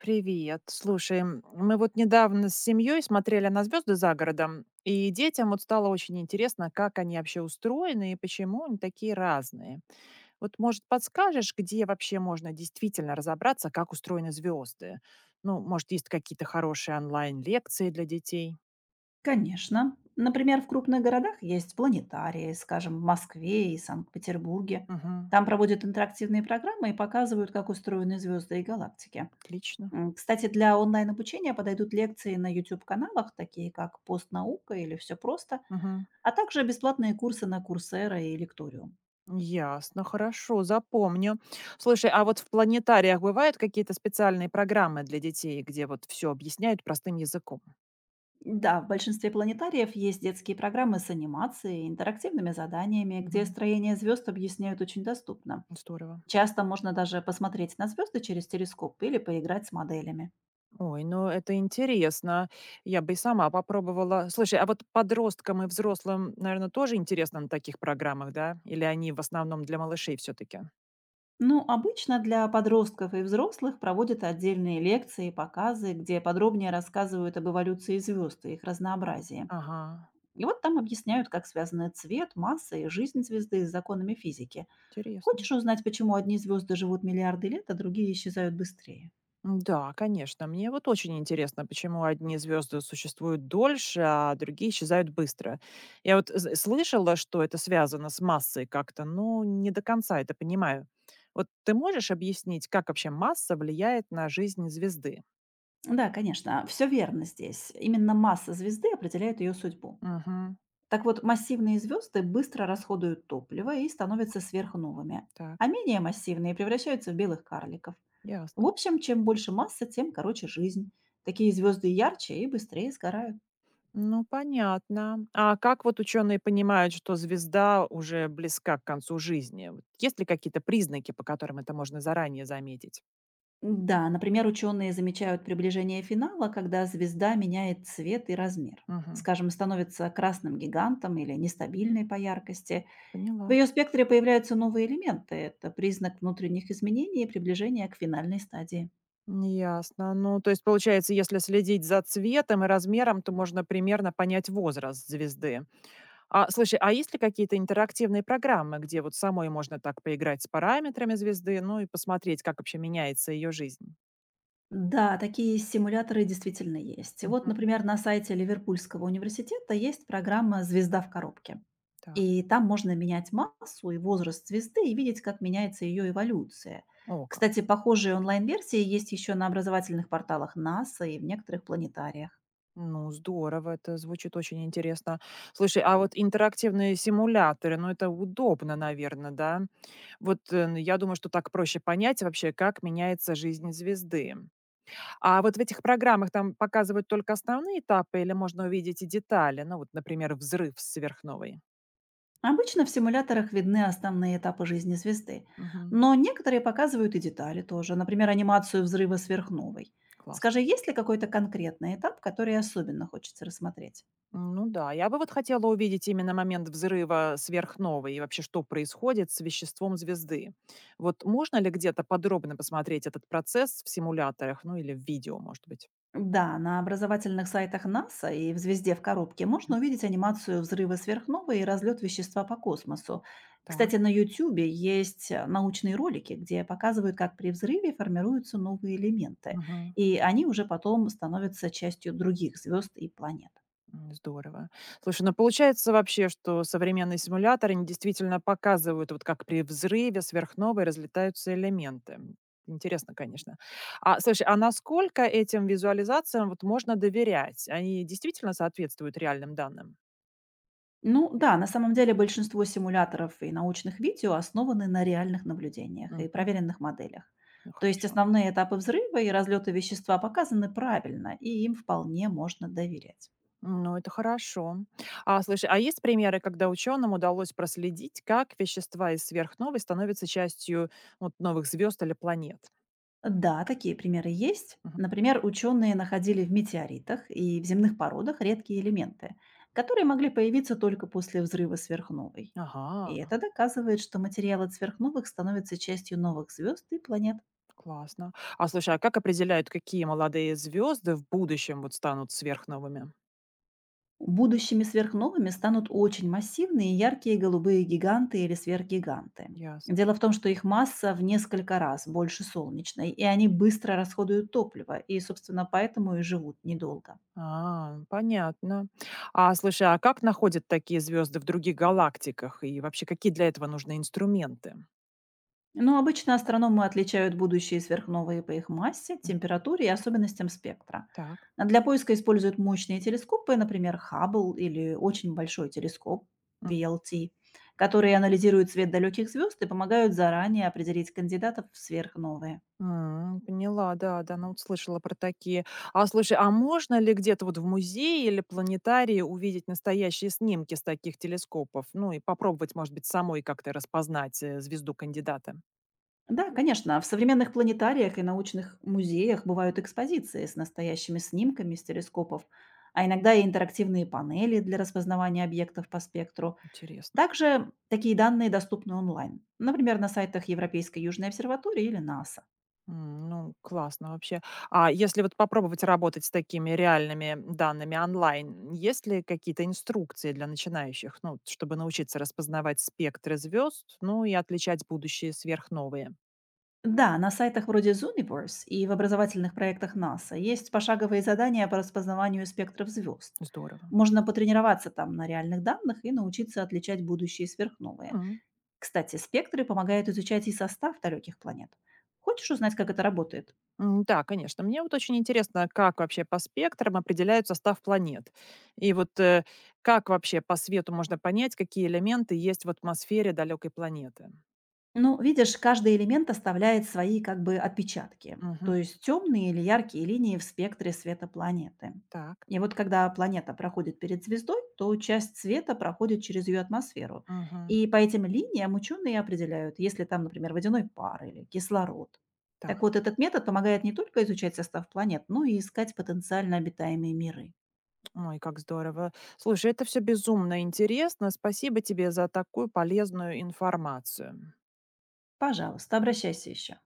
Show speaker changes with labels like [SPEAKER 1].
[SPEAKER 1] Привет. Слушай, мы вот недавно с семьей смотрели на звезды за городом, и детям вот стало очень интересно, как они вообще устроены и почему они такие разные. Вот, может, подскажешь, где вообще можно действительно разобраться, как устроены звезды? Ну, может, есть какие-то хорошие онлайн-лекции для детей?
[SPEAKER 2] Конечно. Например, в крупных городах есть планетарии, скажем, в Москве и Санкт-Петербурге.
[SPEAKER 1] Мгм.
[SPEAKER 2] Там проводят интерактивные программы и показывают, как устроены звезды и галактики.
[SPEAKER 1] Отлично.
[SPEAKER 2] Кстати, для онлайн-обучения подойдут лекции на YouTube-каналах, такие как «Постнаука» или «Все просто»,
[SPEAKER 1] Мгм.
[SPEAKER 2] а также бесплатные курсы на Курсера и Лекториум.
[SPEAKER 1] Ясно, хорошо, запомню. Слушай, а вот в планетариях бывают какие-то специальные программы для детей, где вот все объясняют простым языком?
[SPEAKER 2] Да, в большинстве планетариев есть детские программы с анимацией, интерактивными заданиями, где строение звезд объясняют очень доступно.
[SPEAKER 1] Здорово.
[SPEAKER 2] Часто можно даже посмотреть на звезды через телескоп или поиграть с моделями.
[SPEAKER 1] Ой, ну это интересно. Я бы и сама попробовала. Слушай, а вот подросткам и взрослым, наверное, тоже интересно на таких программах, да? Или они в основном для малышей все-таки?
[SPEAKER 2] Ну, обычно для подростков и взрослых проводят отдельные лекции и показы, где подробнее рассказывают об эволюции звезд и их разнообразии.
[SPEAKER 1] Ага,
[SPEAKER 2] И вот там объясняют, как связаны цвет, масса и жизнь звезды с законами физики.
[SPEAKER 1] интересно.
[SPEAKER 2] Хочешь узнать, почему одни звезды живут миллиарды лет, а другие исчезают быстрее?
[SPEAKER 1] Да, конечно. Мне вот очень интересно, почему одни звезды существуют дольше, а другие исчезают быстро. Я вот слышала, что это связано с массой как-то, но не до конца это понимаю. Вот ты можешь объяснить, как вообще масса влияет на жизнь звезды?
[SPEAKER 2] Да, конечно, все верно здесь. Именно масса звезды определяет ее судьбу.
[SPEAKER 1] Угу,
[SPEAKER 2] Так вот, массивные звезды быстро расходуют топливо и становятся сверхновыми, а
[SPEAKER 1] так.
[SPEAKER 2] менее массивные превращаются в белых карликов. В
[SPEAKER 1] Ясно.
[SPEAKER 2] общем, чем больше масса, тем короче жизнь. Такие звезды ярче и быстрее сгорают.
[SPEAKER 1] Ну, понятно. А как вот ученые понимают, что звезда уже близка к концу жизни? Вот есть ли какие-то признаки, по которым это можно заранее заметить?
[SPEAKER 2] Да, например, ученые замечают приближение финала, когда звезда меняет цвет и размер.
[SPEAKER 1] Мгм.
[SPEAKER 2] Скажем, становится красным гигантом или нестабильной по яркости.
[SPEAKER 1] Поняла.
[SPEAKER 2] В ее спектре появляются новые элементы. Это признак внутренних изменений и приближения к финальной стадии.
[SPEAKER 1] Ясно. Ну, то есть, получается, если следить за цветом и размером, то можно примерно понять возраст звезды. А, слушай, а есть ли какие-то интерактивные программы, где вот самой можно так поиграть с параметрами звезды, ну и посмотреть, как вообще меняется ее жизнь?
[SPEAKER 2] Да, такие симуляторы действительно есть. Вот,
[SPEAKER 1] Мгм.
[SPEAKER 2] например, на сайте Ливерпульского университета есть программа «Звезда в коробке».
[SPEAKER 1] Так.
[SPEAKER 2] И там можно менять массу и возраст звезды и видеть, как меняется ее эволюция.
[SPEAKER 1] О, как.
[SPEAKER 2] Кстати, похожие онлайн-версии есть еще на образовательных порталах НАСА и в некоторых планетариях.
[SPEAKER 1] Ну, здорово, это звучит очень интересно. Слушай, а вот интерактивные симуляторы, ну, это удобно, наверное, да? Вот я думаю, что так проще понять вообще, как меняется жизнь звезды. А вот в этих программах там показывают только основные этапы или можно увидеть и детали? Ну, вот, например, взрыв сверхновой.
[SPEAKER 2] Обычно в симуляторах видны основные этапы жизни звезды,
[SPEAKER 1] Мгм.
[SPEAKER 2] но некоторые показывают и детали тоже, например, анимацию взрыва сверхновой.
[SPEAKER 1] Класс.
[SPEAKER 2] Скажи, есть ли какой-то конкретный этап, который особенно хочется рассмотреть?
[SPEAKER 1] Ну да, я бы вот хотела увидеть именно момент взрыва сверхновой и вообще, что происходит с веществом звезды. Вот можно ли где-то подробно посмотреть этот процесс в симуляторах, ну или в видео, может быть?
[SPEAKER 2] Да, на образовательных сайтах НАСА и в «Звезде в коробке» можно
[SPEAKER 1] Мгм.
[SPEAKER 2] увидеть анимацию взрыва сверхновой и разлет вещества по космосу.
[SPEAKER 1] Так.
[SPEAKER 2] Кстати, на Ютубе есть научные ролики, где показывают, как при взрыве формируются новые элементы,
[SPEAKER 1] Мгм.
[SPEAKER 2] и они уже потом становятся частью других звезд и планет.
[SPEAKER 1] Здорово. Слушай, ну получается вообще, что современные симуляторы они действительно показывают, вот как при взрыве сверхновой разлетаются элементы. Интересно, конечно. А, слушай, а насколько этим визуализациям вот можно доверять? Они действительно соответствуют реальным данным?
[SPEAKER 2] Ну да, на самом деле большинство симуляторов и научных видео основаны на реальных наблюдениях и
[SPEAKER 1] Мгм.
[SPEAKER 2] проверенных моделях.
[SPEAKER 1] Ну,
[SPEAKER 2] То есть
[SPEAKER 1] хорошо.
[SPEAKER 2] основные этапы взрыва и разлета вещества показаны правильно, и им вполне можно доверять.
[SPEAKER 1] Ну, это хорошо. А, слушай, а есть примеры, когда ученым удалось проследить, как вещества из сверхновой становятся частью вот, новых звезд или планет?
[SPEAKER 2] Да, такие примеры есть.
[SPEAKER 1] Мгм.
[SPEAKER 2] Например, ученые находили в метеоритах и в земных породах редкие элементы, которые могли появиться только после взрыва сверхновой. И
[SPEAKER 1] Ага,
[SPEAKER 2] это доказывает, что материал от сверхновых становится частью новых звезд и планет.
[SPEAKER 1] классно. А слушай, а как определяют, какие молодые звезды в будущем вот станут сверхновыми?
[SPEAKER 2] Будущими сверхновыми станут очень массивные яркие голубые гиганты или сверхгиганты.
[SPEAKER 1] Ясно.
[SPEAKER 2] Дело в том, что их масса в несколько раз больше солнечной, и они быстро расходуют топливо, и, собственно, поэтому и живут недолго.
[SPEAKER 1] А, ну, понятно. А слушай, а как находят такие звезды в других галактиках? И вообще, какие для этого нужны инструменты?
[SPEAKER 2] Но обычно астрономы отличают будущие сверхновые по их массе,
[SPEAKER 1] Мгм.
[SPEAKER 2] температуре и особенностям спектра.
[SPEAKER 1] Так.
[SPEAKER 2] А для поиска используют мощные телескопы, например, Хаббл или очень большой телескоп VLT, которые анализируют свет далеких звезд и помогают заранее определить кандидатов в сверхновые.
[SPEAKER 1] Поняла, да-да, ну вот слышала про такие. А слушай, а можно ли где-то вот в музее или планетарии увидеть настоящие снимки с таких телескопов? Ну и попробовать, может быть, самой как-то распознать звезду кандидата?
[SPEAKER 2] Да, конечно, в современных планетариях и научных музеях бывают экспозиции с настоящими снимками с телескопов, а иногда и интерактивные панели для распознавания объектов по спектру.
[SPEAKER 1] Интересно.
[SPEAKER 2] Также такие данные доступны онлайн, например, на сайтах Европейской Южной обсерватории или НАСА.
[SPEAKER 1] Ну, классно вообще. А если вот попробовать работать с такими реальными данными онлайн, есть ли какие-то инструкции для начинающих, ну, чтобы научиться распознавать спектры звезд, ну и отличать будущие сверхновые?
[SPEAKER 2] Да, на сайтах вроде Zooniverse и в образовательных проектах НАСА есть пошаговые задания по распознаванию спектров звезд.
[SPEAKER 1] Здорово.
[SPEAKER 2] Можно потренироваться там на реальных данных и научиться отличать будущие сверхновые. Кстати, спектры помогают изучать и состав далеких планет. Хочешь узнать, как это работает?
[SPEAKER 1] Да, конечно. Мне вот очень интересно, как вообще по спектрам определяют состав планет. И вот как вообще по свету можно понять, какие элементы есть в атмосфере далекой планеты.
[SPEAKER 2] Ну, видишь, каждый элемент оставляет свои как бы отпечатки,
[SPEAKER 1] Мгм.
[SPEAKER 2] то есть темные или яркие линии в спектре света планеты.
[SPEAKER 1] Так.
[SPEAKER 2] И вот когда планета проходит перед звездой, то часть света проходит через ее атмосферу.
[SPEAKER 1] Мгм.
[SPEAKER 2] И по этим линиям ученые определяют, если там, например, водяной пар или кислород.
[SPEAKER 1] Так.
[SPEAKER 2] Так вот, этот метод помогает не только изучать состав планет, но и искать потенциально обитаемые миры.
[SPEAKER 1] Ой, как здорово. Слушай, это все безумно интересно. Спасибо тебе за такую полезную информацию.
[SPEAKER 2] Пожалуйста, обращайся еще.